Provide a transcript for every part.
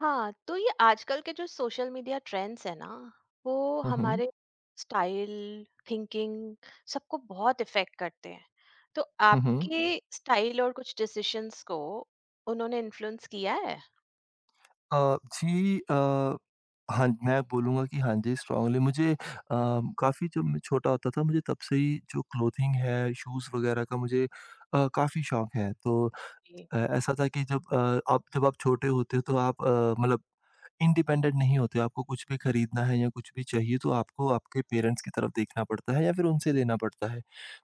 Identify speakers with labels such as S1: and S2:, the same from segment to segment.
S1: हाँ, तो ये आजकल के जो सोशल मीडिया ट्रेंड्स है ना, वो
S2: हुँ, हुँ।
S1: हमारे स्टाइल, थिंकिंग सबको बहुत इफेक्ट करते हैं। तो
S2: हुँ, हुँ।
S1: आपके स्टाइल और कुछ डिसीजंस को उन्होंने इन्फ्लुएंस किया है?
S2: जी, हाँ, मैं बोलूँगा कि हाँ जी, स्ट्रांगली मुझे काफ़ी जब मैं छोटा होता था, मुझे तब से ही जो क्लोथिंग है, शूज़ वग़ैरह का मुझे काफ़ी शौक है। तो
S1: जी,
S2: ऐसा था कि जब आप जब आप छोटे होते हो तो आप मतलब इंडिपेंडेंट नहीं होते हो, आपको कुछ भी खरीदना है या कुछ भी चाहिए तो आपको आपके पेरेंट्स की तरफ देखना पड़ता है या फिर उनसे लेना पड़ता है।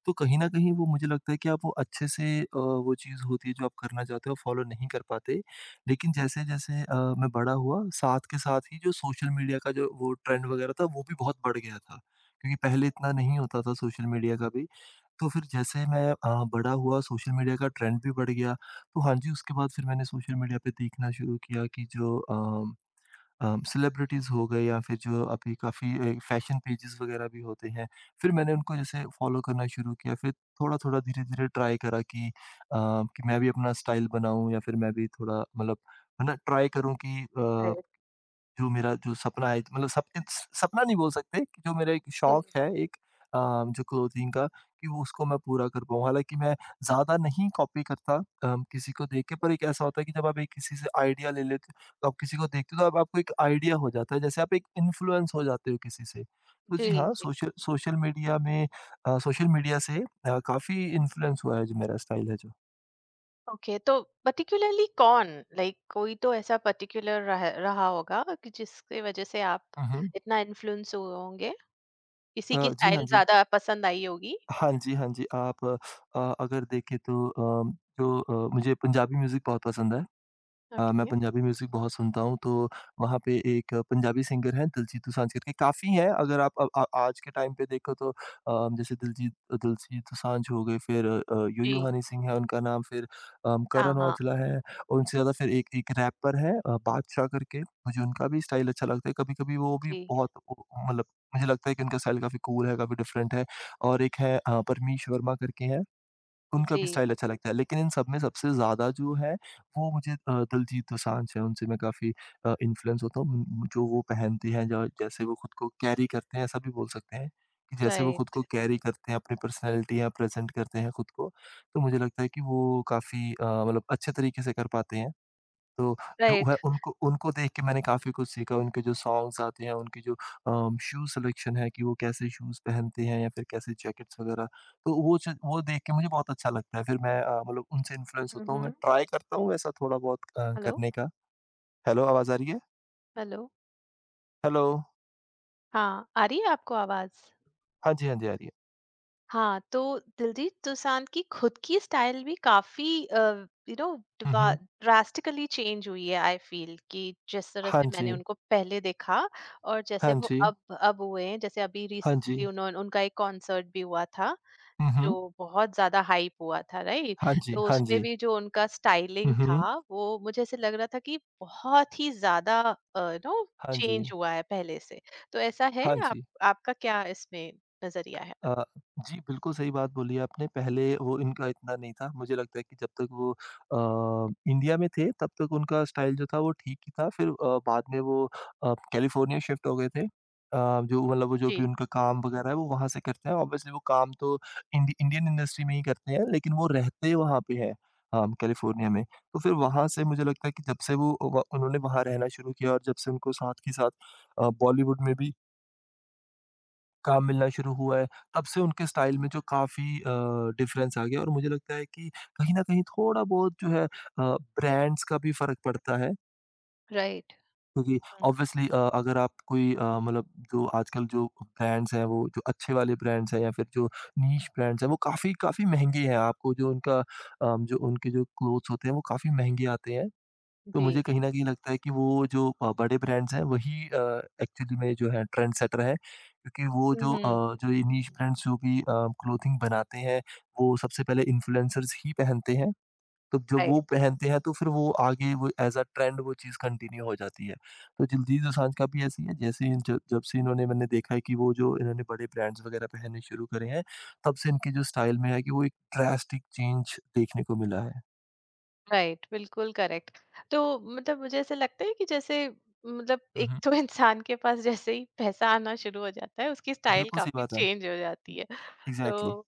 S2: तो कहीं न कहीं वो मुझे लगता है कि आप वो अच्छे से वो चीज़ होती है जो आप करना चाहते हो फॉलो नहीं कर पाते। लेकिन जैसे-जैसे मैं बड़ा हुआ साथ के साथ ही जो सोशल मीडिया का जो वो ट्रेंड वगैरह था वो भी बहुत बढ़ गया था। क्योंकि पहले इतना नहीं होता था सोशल मीडिया का भी। तो फिर जैसे मैं बड़ा हुआ सोशल मीडिया का ट्रेंड भी बढ़ गया। तो हाँ जी, उसके बाद फिर मैंने सोशल मीडिया पे देखना शुरू किया कि जो सेलिब्रिटीज़ हो गए या फिर जो अभी काफ़ी फैशन पेजेस वगैरह भी होते हैं। फिर मैंने उनको जैसे फ़ॉलो करना शुरू किया, फिर थोड़ा-थोड़ा, धीरे-धीरे ट्राई करा कि कि मैं भी अपना स्टाइल बनाऊँ या फिर मैं भी थोड़ा मतलब है ना, ट्राई करूँ कि अ
S1: राइट,
S2: जो मेरा जो सपना है मतलब सपने सपना नहीं बोल सकते कि जो मेरा एक
S1: जी,
S2: शौक है एक अ, जो क्लोथिंग का कि वो उसको मैं पूरा कर पाऊँ। हालाँकि मैं ज़्यादा नहीं कॉपी करता किसी को देख के पर एक ऐसा होता है कि जब आप एक किसी से आइडिया ले लेते हो, तो आप किसी को देखते हो तो अब आपको एक आइडिया हो जाता है, जैसे आप एक इन्फ्लुएंस हो जाते हो किसी से। तो जी
S1: जी,
S2: हाँ,
S1: जी।
S2: सोशल सोशल मीडिया में सोशल मीडिया से काफ़ी इन्फ्लुएंस हुआ है जो मेरा स्टाइल है जो।
S1: ओके, तो पर्टिकुलरली कौन? लाइक कोई तो ऐसा पर्टिकुलर रह रहा होगा कि जिसकी वजह से आप
S2: हुँ, हुँ।
S1: इतना इन्फ्लुएंस हुए होंगे? किसी की
S2: जी हाँ
S1: स्टाइल
S2: जी।
S1: ज़्यादा पसंद आई होगी?
S2: हाँ जी, हाँ जी। आप अगर देखें तो जो मुझे पंजाबी म्यूज़िक बहुत पसंद है। मैं
S1: ओके।
S2: पंजाबी म्यूज़िक बहुत सुनता हूँ, तो वहाँ पे एक पंजाबी सिंगर हैं दिलजीत दोसांझ करके, काफ़ी हैं अगर आप अ, आ आज के टाइम पे देखो तो जैसे दिलजीत दिलजीत दोसांझ हो गए, फिर यूयू
S1: जी,
S2: हनी सिंह है उनका नाम, फिर
S1: हाँ,
S2: करण
S1: हाँ।
S2: औजला है, और उनसे ज़्यादा फिर एक एक रैपर है बादशाह करके, मुझे उनका भी स्टाइल अच्छा लगता है, कभी-कभी वो भी
S1: जी,
S2: बहुत वो मतलब मुझे लगता है कि उनका स्टाइल काफ़ी कूल है, काफ़ी डिफरेंट है और एक है परमीश वर्मा करके हैं। उनका
S1: जी।
S2: भी स्टाइल अच्छा लगता है, लेकिन इन सब में सबसे ज़्यादा जो है, वो मुझे दिलजीत दोसांझ हैं, उनसे मैं काफ़ी इन्फ्लुएंस होता हूँ। जो वो पहनते हैं, ज जैसे वो खुद को कैरी करते हैं, ऐसा भी बोल सकते हैं कि जैसे वो खुद
S1: राइट,
S2: को कैरी करते हैं, अपनी पर्सनैलिटी या प्रेज़ेंट करते हैं खुद को, तो मुझे लगता है कि वो काफ़ी मतलब अच्छे तरीके से कर पाते हैं। तो जो
S1: राइट।
S2: वह उनको उनको देख के मैंने काफ़ी कुछ सीखा, उनके जो सॉन्ग्स आते हैं, उनके जो शू सिलेक्शन है कि वो कैसे शूज़ पहनते हैं या फिर कैसे जैकेट्स वगैरह, तो वो च वो देख के मुझे बहुत अच्छा लगता है। फिर मैं मतलब उनसे इन्फ्लुएंस
S1: हुँ,
S2: होता हूँ, मैं
S1: हुँ।
S2: ट्राई करता हूँ ऐसा थोड़ा बहुत
S1: हेलो,
S2: करने का। हेलो, आवाज़ आ रही है?
S1: हेलो।
S2: हेलो?
S1: हाँ, आ रही है आपको आवाज़?
S2: हाँ जी, हाँ जी, आ रही है।
S1: हाँ, तो दिलजीत दोसांझ की खुद की स्टाइल भी काफ़ी यू नो
S2: हुँ,
S1: ड्वा
S2: हुँ।
S1: ड्रास्टिकली चेंज हुई है। आई फ़ील कि जिस तरह
S2: हाँ
S1: से मैंने
S2: जी,
S1: उनको पहले देखा और जैसे
S2: हाँ
S1: वो
S2: जी,
S1: अब हुए हैं, जैसे अभी
S2: हाँ जी।
S1: रिसेंटली उन्होंने उनका एक कॉन्सर्ट भी हुआ था
S2: हुँ,
S1: जो
S2: हुँ।
S1: बहुत ज़्यादा हाइप हुआ था, राइट?
S2: हाँ जी,
S1: तो
S2: हाँ
S1: उसमें
S2: जी।
S1: भी जो उनका
S2: हुँ,
S1: स्टाइलिंग
S2: हुँ।
S1: था, वो मुझे ऐसे लग रहा था कि बहुत ही ज़्यादा नो
S2: हाँ जी,
S1: चेंज हुआ है पहले से। तो ऐसा है,
S2: हाँ
S1: आप
S2: जी।
S1: आपका क्या इसमें नज़रिया है?
S2: अ, जी, बिल्कुल सही बात बोली आपने, पहले वो इनका इतना नहीं था, मुझे लगता है कि जब तक वो इंडिया में थे तब तक उनका स्टाइल जो था वो ठीक ही था, फिर बाद में वो कैलिफ़ोर्निया शिफ्ट हो गए थे। अ, जो मतलब वो जो
S1: जी।
S2: भी उनका काम वग़ैरह है वो वहाँ से करते हैं, ऑब्वियसली वो काम तो इंडी इंडियन इंडस्ट्री में ही करते हैं, लेकिन वो रहते वहाँ पे हैं कैलिफ़ोर्निया
S1: हुँ,
S2: में। तो फिर वहाँ से मुझे लगता है कि जब से वो व उन्होंने वहाँ रहना शुरू किया और जब से उनको साथ ही साथ बॉलीवुड में भी काम मिलना शुरू हुआ है, तब से उनके स्टाइल में जो काफ़ी डिफरेंस आ गया और मुझे लगता है कि कहीं न कहीं थोड़ा-बहुत जो है ब्रांड्स का भी फ़र्क पड़ता है
S1: राइट।
S2: क्योंकि
S1: हुँ,
S2: ऑब्वियसली अगर आप कोई मतलब जो आजकल जो ब्रांड्स हैं, वो जो अच्छे वाले ब्रांड्स हैं या फिर जो नीश ब्रांड्स हैं, वो काफ़ी काफ़ी महँगे हैं। आपको जो उनका जो उनके जो क्लोथ्स होते हैं, वो काफ़ी महँगे आते हैं। तो मुझे
S1: जी।
S2: कहीं न कहीं लगता है कि वो जो बड़े ब्रांड्स हैं वही एक्चुअली में जो है ट्रेंड सेटर हैं। क्योंकि वो
S1: हुँ,
S2: जो
S1: हुँ।
S2: अ, जो ये नीश ब्रांड्स जो भी क्लोथिंग बनाते हैं, वो सबसे पहले इन्फ्लुएंसर्स ही पहनते हैं। तो जब वो
S1: राइट।
S2: पहनते हैं तो फिर वो आगे वो एज़ अ ट्रेंड वो चीज़ कंटिन्यू हो जाती है। तो दिलजीत दोसांझ का भी ऐसे ही है जैसे ही ज जब से इन्होंने मैंने देखा है कि वो जो इन्होंने बड़े ब्रांड्स वगैरह पहनने शुरू करे हैं, तब से इनके जो स्टाइल में है कि वो एक ड्रास्टिक चेंज देखने को मिला है।
S1: राइट, बिल्कुल करेक्ट। तो मतलब मुझे ऐसा लगता है कि जैसे, मतलब,
S2: हुँ,
S1: एक
S2: हुँ।
S1: तो इंसान के पास जैसे ही पैसा आना शुरू हो जाता है, उसकी स्टाइल
S2: बिल्कुल सही
S1: काफी
S2: बात है।
S1: चेंज हो जाती है।
S2: एग्ज़ैक्टली।
S1: तो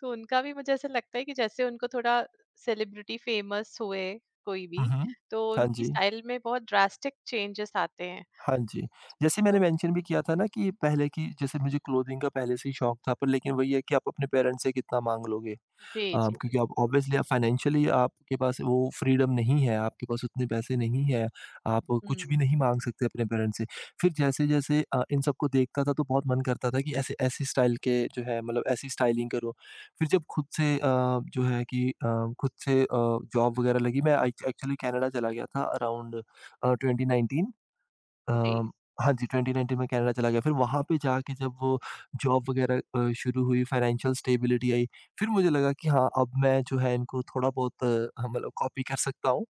S1: तो उनका भी मुझे ऐसा लगता है कि जैसे उनको थोड़ा सेलिब्रिटी फेमस हुए, कोई
S2: हुँ,
S1: भी,
S2: हुँ।
S1: तो
S2: हाँ
S1: उनकी
S2: जी,
S1: स्टाइल में बहुत ड्रास्टिक चेंजेस आते हैं।
S2: हाँ जी। जैसे मैंने
S1: तो
S2: मेंशन भी किया था ना कि पहले की जैसे मुझे क्लोथिंग का पहले से ही शौक था पर लेकिन वही है कि आप अपने पेरेंट्स से कितना माँग लोगे।
S1: जी, जी,
S2: क्योंकि आप ऑब्वियसली आप फाइनेंशियली आपके पास वो फ्रीडम नहीं है, आपके पास उतने पैसे नहीं है, आप कुछ
S1: हम्म,
S2: भी नहीं माँग सकते अपने पेरेंट्स से। फिर जैसे-जैसे इन सबको देखता था तो बहुत मन करता था कि ऐसे ऐसी स्टाइल के जो है मतलब ऐसी स्टाइलिंग करो। फिर जब खुद से जो है कि खुद से जॉब वगैरह लगी मैं एक्चुअली कनाडा चला गया था अराउंड 2019 अ,
S1: जी
S2: हाँ जी, 2019 में कनाडा चला गया, फिर वहाँ पे जाके जब वो जॉब वग़ैरह शुरू हुई, फाइनेंशियल स्टेबिलिटी आई, फिर मुझे लगा कि हाँ, अब मैं जो है इनको थोड़ा बहुत हाँ, मतलब कॉपी कर सकता हूँ।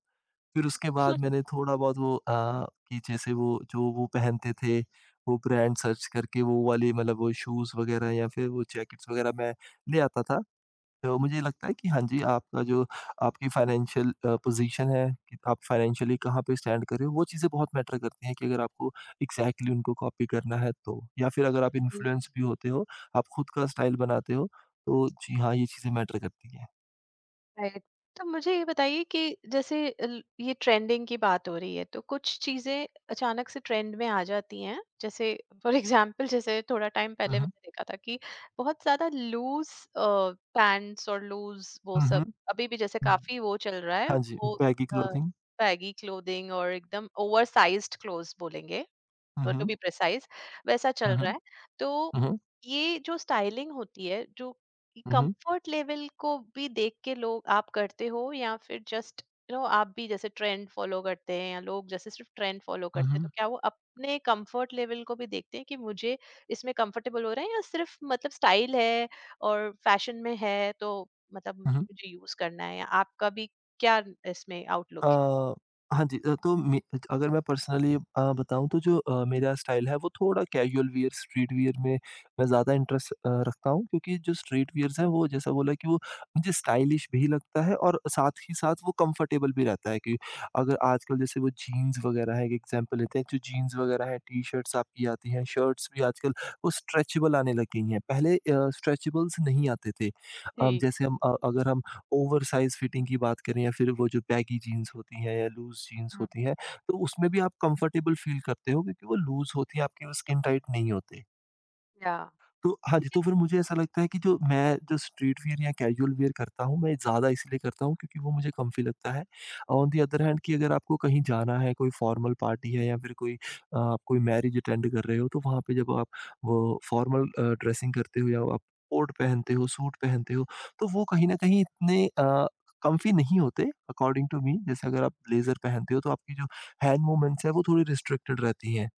S2: फिर उसके बाद मैंने थोड़ा बहुत वो कि जैसे वो जो वो पहनते थे, वो ब्रांड सर्च करके वो वाली मतलब वो शूज़ वग़ैरह या फिर वो जैकेट्स वग़ैरह मैं ले आता था। तो मुझे लगता है कि हाँ जी, आपका जो आपकी फाइनेंशियल पोज़ीशन है, कि आप फाइनेंशियली कहाँ पे स्टैंड कर रहे हो, वो चीज़ें बहुत मैटर करती हैं कि अगर आपको एग्ज़ैक्टली उनको कॉपी करना है तो। या फिर अगर आप इन्फ्लुएंस भी होते हो, आप खुद का स्टाइल बनाते हो, तो जी हाँ, ये चीज़ें मैटर करती हैं।
S1: राइट। तो मुझे ये बताइए कि जैसे, ये ट्रेंडिंग की बात हो रही है तो कुछ चीजें अचानक से ट्रेंड में आ जाती हैं, जैसे फॉर एग्जांपल जैसे थोड़ा टाइम
S2: हुँ,
S1: पहले
S2: हुँ।
S1: मैंने देखा था कि बहुत ज्यादा लूज पैंट्स और लूज वो
S2: हुँ,
S1: सब,
S2: हुँ।
S1: अभी भी जैसे
S2: हुँ।
S1: काफी वो चल रहा है,
S2: हाँ जी,
S1: वो
S2: बैगी क्लॉथिंग।
S1: बैगी क्लोथिंग और एकदम ओवर साइज्ड क्लोथ्स बोलेंगे
S2: हुँ,
S1: टू
S2: हुँ।
S1: बी प्रिसाइज, वैसा
S2: हुँ,
S1: चल
S2: हुँ।
S1: रहा है। तो
S2: हुँ, हुँ।
S1: ये जो स्टाइलिंग होती है, जो
S2: हुँ, हुँ।
S1: कंफर्ट लेवल को भी देख के लोग आप करते हो, या फिर जस्ट आप भी जैसे ट्रेंड फॉलो करते हैं, या लोग जैसे सिर्फ ट्रेंड फॉलो
S2: हुँ,
S1: करते हैं तो
S2: हुँ।
S1: क्या वो अपने कंफर्ट लेवल को भी देखते हैं कि मुझे इसमें कंफर्टेबल हो रहा है, या सिर्फ मतलब स्टाइल है और फैशन में है तो, मतलब,
S2: हुँ,
S1: मुझे
S2: हुँ।
S1: मुझे यूज करना है, या आपका भी क्या इसमें आउटलुक है?
S2: अ, हाँ जी। तो मे अगर मैं पर्सनली बताऊँ तो जो मेरा स्टाइल है वो थोड़ा कैजुअल वियर, स्ट्रीट वियर में मैं ज़्यादा इंटरेस्ट रखता हूँ क्योंकि जो स्ट्रीट वियर्स
S1: जी,
S2: हैं वो जैसा बोला कि वो मुझे स्टाइलिश भी लगता है और साथ ही साथ वो कंफर्टेबल भी रहता है कि अगर आजकल जैसे वो जीन्स वगैरह है, एक एग्ज़ाम्पल लेते हैं, जो जीन्स वगैरह है, टी-शर्ट्स आपकी आती हैं, शर्ट्स भी आजकल वो स्ट्रेचेबल आने लग गई हैं। पहले स्ट्रेचेबल्स नहीं आते थे। अ,
S1: जी,
S2: जैसे हम अ, अगर हम ओवर साइज़ फिटिंग की बात करें या फिर वो जो बैगी जीन्स होती हैं या लूज़ जीन्स
S1: हम्म,
S2: होती हैं, तो उसमें भी आप कंफर्टेबल फ़ील करते हो क्योंकि वो लूज़ होती हैं, आपकी वो स्किन टाइट नहीं होते।
S1: या
S2: तो हाँ जी,
S1: जी,
S2: तो फिर मुझे ऐसा लगता है कि जो मैं जो स्ट्रीट वियर या कैजुअल वियर करता हूँ, मैं ज़्यादा इसलिए करता हूँ क्योंकि वो मुझे कम्फी लगता है। ऑन दी अदर हैंड कि अगर आपको कहीं जाना है, कोई फॉर्मल पार्टी है या फिर कोई आप कोई मैरिज अटेंड कर रहे हो, तो वहाँ पे जब आप वो फॉर्मल ड्रेसिंग करते हो या आप कोट पहनते हो, सूट पहनते हो, तो वो कहीं न कहीं इतने कम्फी नहीं होते अकॉर्डिंग टू मी। जैसे अगर आप ब्लेज़र पहनते हो, तो आपकी जो हैंड मूवमेंट्स हैं, वो थोड़ी रिस्ट्रिक्टेड रहती हैं।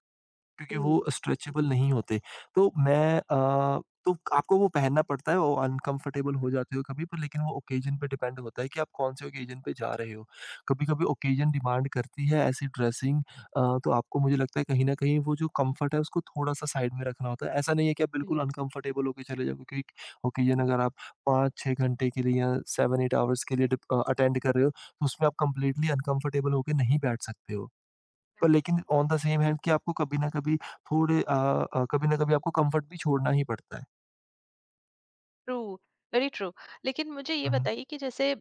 S2: क्योंकि वो स्ट्रेचेबल नहीं होते। तो तो आपको वो पहनना पड़ता है, वो अनकम्फर्टेबल हो जाते हो कभी पर लेकिन वो ओकेजन पे डिपेंड होता है कि आप कौन-से ओकेजन पे जा रहे हो। कभी-कभी ओकेजन डिमांड करती है ऐसी ड्रेसिंग। तो आपको मुझे लगता है कहीं न कहीं वो जो कम्फर्ट है उसको थोड़ा-सा साइड में रखना होता है। ऐसा नहीं है कि आप बिल्कुल
S1: जी।
S2: अनकम्फर्टेबल होके चले जाओ क्योंकि ओकेजन अगर आप 5-6 घंटे के लिए या 7-8 आवर्स के लिए अटेंड कर रहे हो, तो उसमें आप कंप्लीटली अनकम्फर्टेबल होके नहीं बैठ सकते हो। पर लेकिन ऑन द सेम हैंड कि आपको कभी ना कभी कभी ना कभी आपको कम्फर्ट भी छोड़ना ही पड़ता है।
S1: True, very true. लेकिन मुझे ये
S2: हुँ, हुँ।
S1: बताइए कि जैसे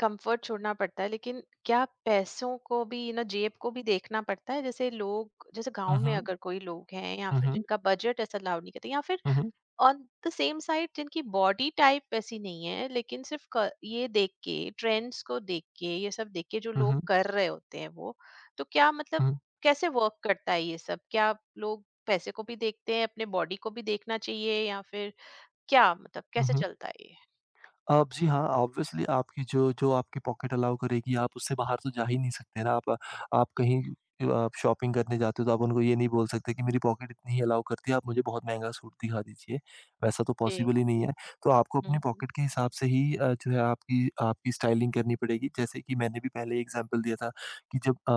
S1: कंफर्ट छोड़ना पड़ता है, लेकिन क्या पैसों को भी, ना, जेब को भी देखना पड़ता है? जैसे लोग, जैसे गांव
S2: हुँ,
S1: में
S2: हुँ।
S1: अगर कोई लोग हैं, या
S2: हुँ,
S1: फिर
S2: हुँ।
S1: जिनका बजट ऐसा अलाउ नहीं करते, या फिर
S2: हुँ, हुँ।
S1: ऑन द सेम साइड जिनकी बॉडी टाइप वैसी नहीं है, लेकिन सिर्फ ये देख के, ट्रेंड्स को देख के, ये सब देख के जो
S2: हुँ,
S1: लोग
S2: हुँ।
S1: कर रहे होते हैं वो, तो क्या मतलब कैसे वर्क करता है ये सब? क्या लोग पैसे को भी देखते हैं, अपने बॉडी को भी देखना चाहिए, या फिर क्या मतलब
S2: हुँ,
S1: कैसे
S2: हुँ।
S1: चलता है ये?
S2: अब जी हाँ, ऑब्वियसली आपकी जो जो आपकी पॉकेट अलाउ करेगी, आप उससे बाहर तो जा ही नहीं सकते ना। आप कहीं आप शॉपिंग करने जाते हो तो आप उनको ये नहीं बोल सकते कि मेरी पॉकेट इतनी ही अलाउ करती है, आप मुझे बहुत महँगा सूट दिखा दीजिए। वैसा तो
S1: जी।
S2: पॉसिबल ही नहीं है। तो आपको
S1: हुँ,
S2: अपनी
S1: हुँ।
S2: पॉकेट के हिसाब से ही जो है आपकी आपकी स्टाइलिंग करनी पड़ेगी। जैसे कि मैंने भी पहले एग्ज़ाम्पल दिया था कि जब अ,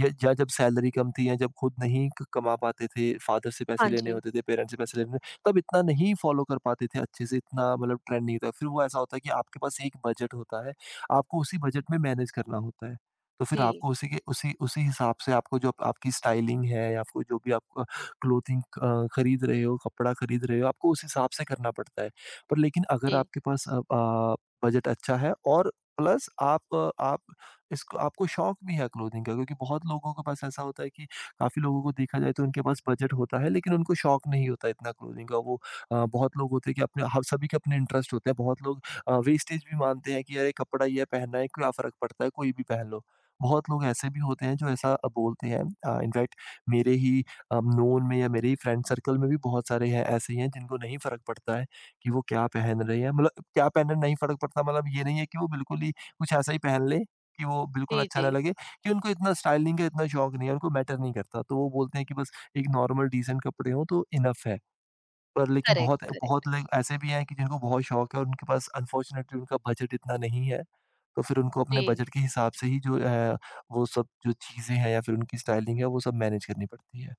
S2: या या जब सैलरी कम थी या जब खुद नहीं क कमा पाते थे, फादर से
S1: हाँ
S2: पैसे लेने
S1: जी।
S2: होते थे, पेरेंट्स से पैसे लेने तब इतना नहीं फॉलो कर पाते थे अच्छे से, इतना मतलब ट्रेंड नहीं था। फिर वो ऐसा होता है कि आपके पास एक बजट होता है, आपको उसी बजट में मैनेज करना होता है। तो फिर
S1: जी,
S2: आपको उसी के उसी उसी हिसाब से आपको जो आपकी स्टाइलिंग है या आपको जो भी क्लोथिंग खरीद रहे हो, कपड़ा खरीद रहे हो, आपको उस हिसाब से करना पड़ता है। पर लेकिन अगर
S1: जी,
S2: आपके पास बजट अच्छा है और प्लस आप इसको आपको शौक भी है क्लोथिंग का, क्योंकि बहुत लोगों के पास ऐसा होता है कि काफ़ी लोगों को देखा जाए तो उनके पास बजट होता है लेकिन उनको शौक नहीं होता इतना क्लोथिंग का। वो बहुत लोग होते हैं कि अपने हर सभी के अपने इंटरेस्ट होते हैं। बहुत लोग वेस्टेज भी मानते हैं कि यार ये कपड़ा ये पहनना है क्या फ़र्क पड़ता है, कोई भी पहन लो। बहुत लोग ऐसे भी होते हैं जो ऐसा बोलते हैं। इनफैक्ट मेरे ही नोन में या मेरे ही फ्रेंड सर्कल में भी बहुत सारे हैं ऐसे ही हैं जिनको नहीं फ़र्क पड़ता है कि वो क्या पहन रहे हैं, मतलब क्या पहनना नहीं फ़र्क पड़ता, मतलब ये नहीं है कि वो बिल्कुल ही कुछ ऐसा ही पहन ले कि वो बिल्कुल
S1: जी,
S2: अच्छा ना
S1: जी।
S2: लगे, कि उनको इतना स्टाइलिंग का इतना शौक नहीं है, उनको मैटर नहीं करता। तो वो बोलते हैं कि बस एक नॉर्मल डीसेंट कपड़े हों तो इनफ है। पर लेकिन
S1: करेक्ट,
S2: बहुत
S1: करेक्ट।
S2: बहुत लोग ऐसे भी हैं कि जिनको बहुत शौक है और उनके पास अनफॉर्चुनेटली उनका बजट इतना नहीं है। तो फिर उनको अपने
S1: जी।
S2: बजट के हिसाब से ही जो है वो सब जो चीज़ें हैं या फिर उनकी स्टाइलिंग है वो सब मैनेज करनी पड़ती है।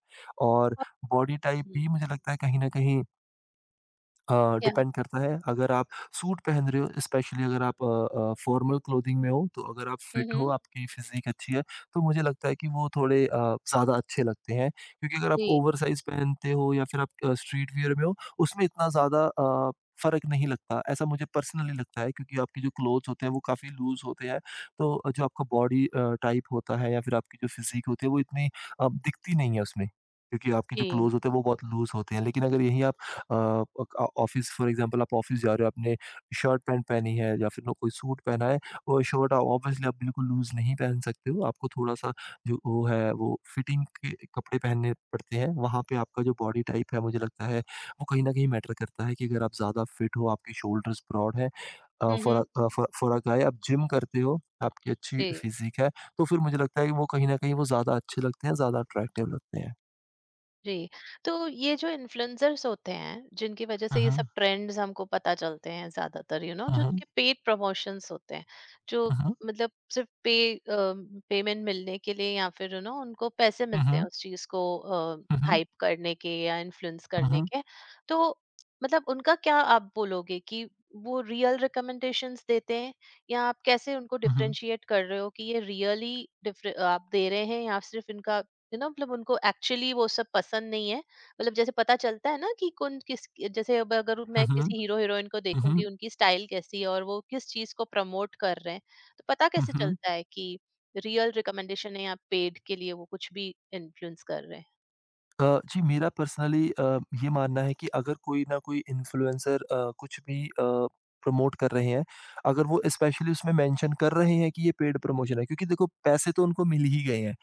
S2: और
S1: और
S2: बॉडी टाइप
S1: हुँ।
S2: भी मुझे लगता है कहीं न कहीं
S1: या
S2: डिपेंड करता है अगर आप सूट पहन रहे हो, स्पेशली अगर आप फॉर्मल क्लोथिंग में हो, तो अगर आप
S1: हुँ,
S2: फिट हो,
S1: हुँ।
S2: आपकी फिजिक अच्छी है, तो मुझे लगता है कि वो ज़्यादा अच्छे लगते हैं। क्योंकि अगर आप
S1: जी,
S2: ओवर साइज पहनते हो या फिर आप स्ट्रीट वियर में हो, उसमें इतना ज़्यादा फर्क नहीं लगता, ऐसा मुझे पर्सनली लगता है। क्योंकि आपके जो क्लोथ्स होते हैं वो काफ़ी लूज होते हैं, तो जो आपका बॉडी टाइप होता है या फिर आपकी जो फिजिक होती है वो इतनी दिखती नहीं है उसमें, क्योंकि आपके जो
S1: जी।
S2: क्लोथ होते हैं वो बहुत लूज होते हैं। लेकिन अगर यही आप अ, ऑफ़िस फॉर एग्ज़ाम्पल, आप ऑफ़िस जा रहे हो, आपने शर्ट पैंट पहनी है या फिर ना कोई सूट पहना है, वो शर्ट आप ऑब्वियसली आप बिल्कुल लूज़ नहीं पहन सकते हो, आपको थोड़ा-सा जो वो है, वो फिटिंग के कपड़े पहनने पड़ते हैं। वहाँ पे आपका जो बॉडी टाइप है, मुझे लगता है, वो कहीं न कहीं मैटर करता है कि अगर आप ज़्यादा फिट हो, आपके शोल्डर्स ब्रॉड हैं,
S1: हुँ, हुँ।
S2: अ, फॉर फॉर अ गाय, आप जिम करते हो, आपकी अच्छी
S1: जी।
S2: फ़िज़ीक है, तो फिर मुझे लगता है कि वो कहीं न कहीं वो ज़्यादा अच्छे लगते हैं, ज़्यादा अट्रैक्टिव लगते हैं।
S1: जी, तो ये जो इन्फ्लुएंसर्स होते हैं, जिनकी वजह
S2: हुँ,
S1: से ये सब
S2: हुँ।
S1: ट्रेंड्स हमको पता चलते हैं, ज़्यादातर
S2: हुँ,
S1: जो
S2: हुँ।
S1: उनके पेड प्रमोशंस होते हैं, जो
S2: हुँ, हुँ।
S1: मतलब सिर्फ पेमेंट मिलने के लिए, या फिर उनको पैसे
S2: हुँ,
S1: मिलते हैं
S2: हुँ।
S1: उस चीज़ को
S2: हुँ,
S1: हाइप करने के या इन्फ्लुएंस करने
S2: हुँ।
S1: के। तो मतलब उनका क्या आप बोलोगे कि वो रियल रिकमेंडेशंस देते हैं, या आप कैसे उनको
S2: हुँ, हुँ।
S1: डिफरेंशिएट कर रहे हो कि ये रियली डिफरे आप दे रहे हैं, या सिर्फ इनका, मतलब उनको एक्चुअली वो सब पसंद नहीं है? मतलब जैसे पता चलता है ना कि कौन किस, जैसे अब अगर मैं
S2: हुँ, हुँ।
S1: किसी हीरो हीरोइन को
S2: हुँ,
S1: देखूं कि
S2: हुँ।
S1: उनकी स्टाइल कैसी है और वो किस चीज को प्रमोट कर रहे हैं, तो पता
S2: हुँ,
S1: कैसे
S2: हुँ।
S1: चलता है कि रियल रिकमेंडेशन है, या पेड के लिए वो कुछ भी इन्फ्लुएंस कर रहे हैं?
S2: जी, मेरा पर्सनली ये मानना है कि अगर कोई ना कोई इन्फ्लुएंसर कुछ भी प्रमोट कर रहे हैं, अगर वो स्पेशली उसमें मेंशन कर रहे हैं कि ये पेड प्रमोशन है, क्योंकि देखो पैसे तो उनको मिल ही गए हैं।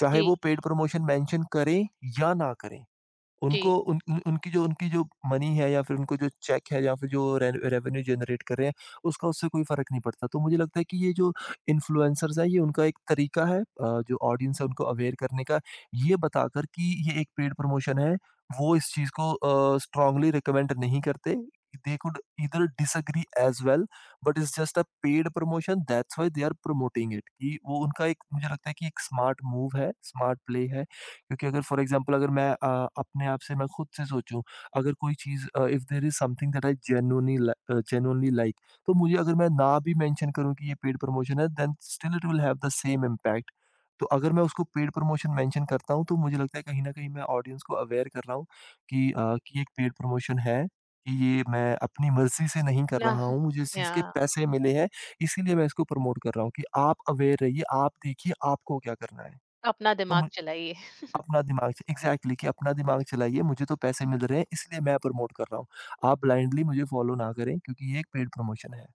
S2: चाहे वो
S1: जी,
S2: पेड प्रमोशन मेंशन करें या ना करें।
S1: जी,
S2: उनको उन उन उनकी जो मनी है या फिर उनको जो चेक है या फिर जो रे रेवेन्यू जनरेट कर रहे हैं, उसका उससे कोई फ़र्क नहीं पड़ता। तो मुझे लगता है कि ये जो इन्फ्लुएंसर्स हैं, ये उनका एक तरीका है जो ऑडियंस है उनको अवेयर करने का, ये बताकर कि ये एक पेड प्रमोशन है, वो इस चीज़ को स्ट्रांगली रिकमेंड नहीं करते। They could either disagree as well but it's just a paid promotion that's why they are promoting it, कि वो उनका एक मुझे लगता है कि एक स्मार्ट मूव है, स्मार्ट प्ले है। क्योंकि अगर फॉर एग्जांपल, अगर अपने आप से मैं खुद से सोचूँ, अगर कोई चीज़ if there is something that I genuinely like, तो मुझे अगर मैं ना भी मेंशन करूँ कि ये पेड प्रमोशन है, then still it will have the same impact. तो अगर मैं उसको पेड प्रमोशन मेंशन करता हूँ, तो मुझे लगता है कहीं न कहीं मैं ऑडियंस को अवेयर कर रहा हूँ कि कि ये एक पेड प्रमोशन है, कि ये मैं अपनी मर्ज़ी से नहीं कर
S1: ना,
S2: रहा हूँ, मुझे इस
S1: या
S2: चीज़ के पैसे मिले हैं, इसीलिए मैं इसको प्रमोट कर रहा हूँ, कि आप अवेयर रहिए, आप देखिए आपको क्या करना है।
S1: अपना
S2: तो
S1: दिमाग
S2: मु
S1: चलाइए।
S2: अपना दिमाग एग्ज़ैक्टली, कि अपना दिमाग चलाइए, मुझे तो पैसे मिल रहे हैं इसलिए मैं प्रमोट कर रहा हूँ। आप ब्लाइंडली मुझे फ़ॉलो ना करें क्योंकि ये एक पेड प्रमोशन है।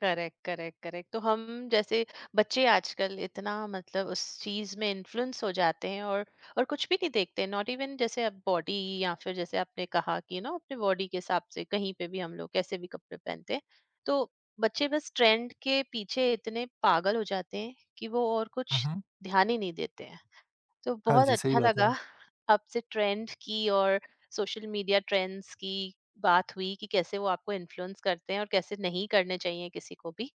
S1: Correct, correct, correct. तो हम जैसे बच्चे आजकल इतना, मतलब, उस चीज में इन्फ्लुएंस हो जाते हैं, और कुछ भी नहीं देखते, नॉट इवन जैसे आप बॉडी, या फिर जैसे आपने कहा कि ना अपने बॉडी के हिसाब से कहीं पे भी हम लोग कैसे भी कपड़े पहनते हैं। तो बच्चे बस ट्रेंड के पीछे इतने पागल हो जाते हैं कि वो और
S2: हुँ,
S1: कुछ
S2: हुँ।
S1: ध्यान ही नहीं देते हैं। तो
S2: हाँ
S1: बहुत
S2: जी, सही
S1: अच्छा
S2: बात
S1: लगा
S2: है।
S1: आपसे ट्रेंड की और सोशल मीडिया ट्रेंड्स की बात हुई कि कैसे वो आपको इन्फ्लुएंस करते हैं और कैसे नहीं करने चाहिए किसी को भी।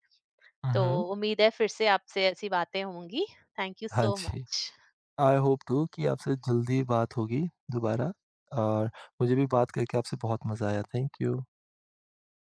S2: हुँ,
S1: तो
S2: हुँ।
S1: उम्मीद है फिर से आपसे ऐसी बातें होंगी। थैंक यू
S2: हाँ
S1: सो
S2: जी।
S1: मच।
S2: आई होप टू कि आपसे जल्दी बात होगी दोबारा। और मुझे भी बात करके आपसे बहुत मज़ा आया। Thank you.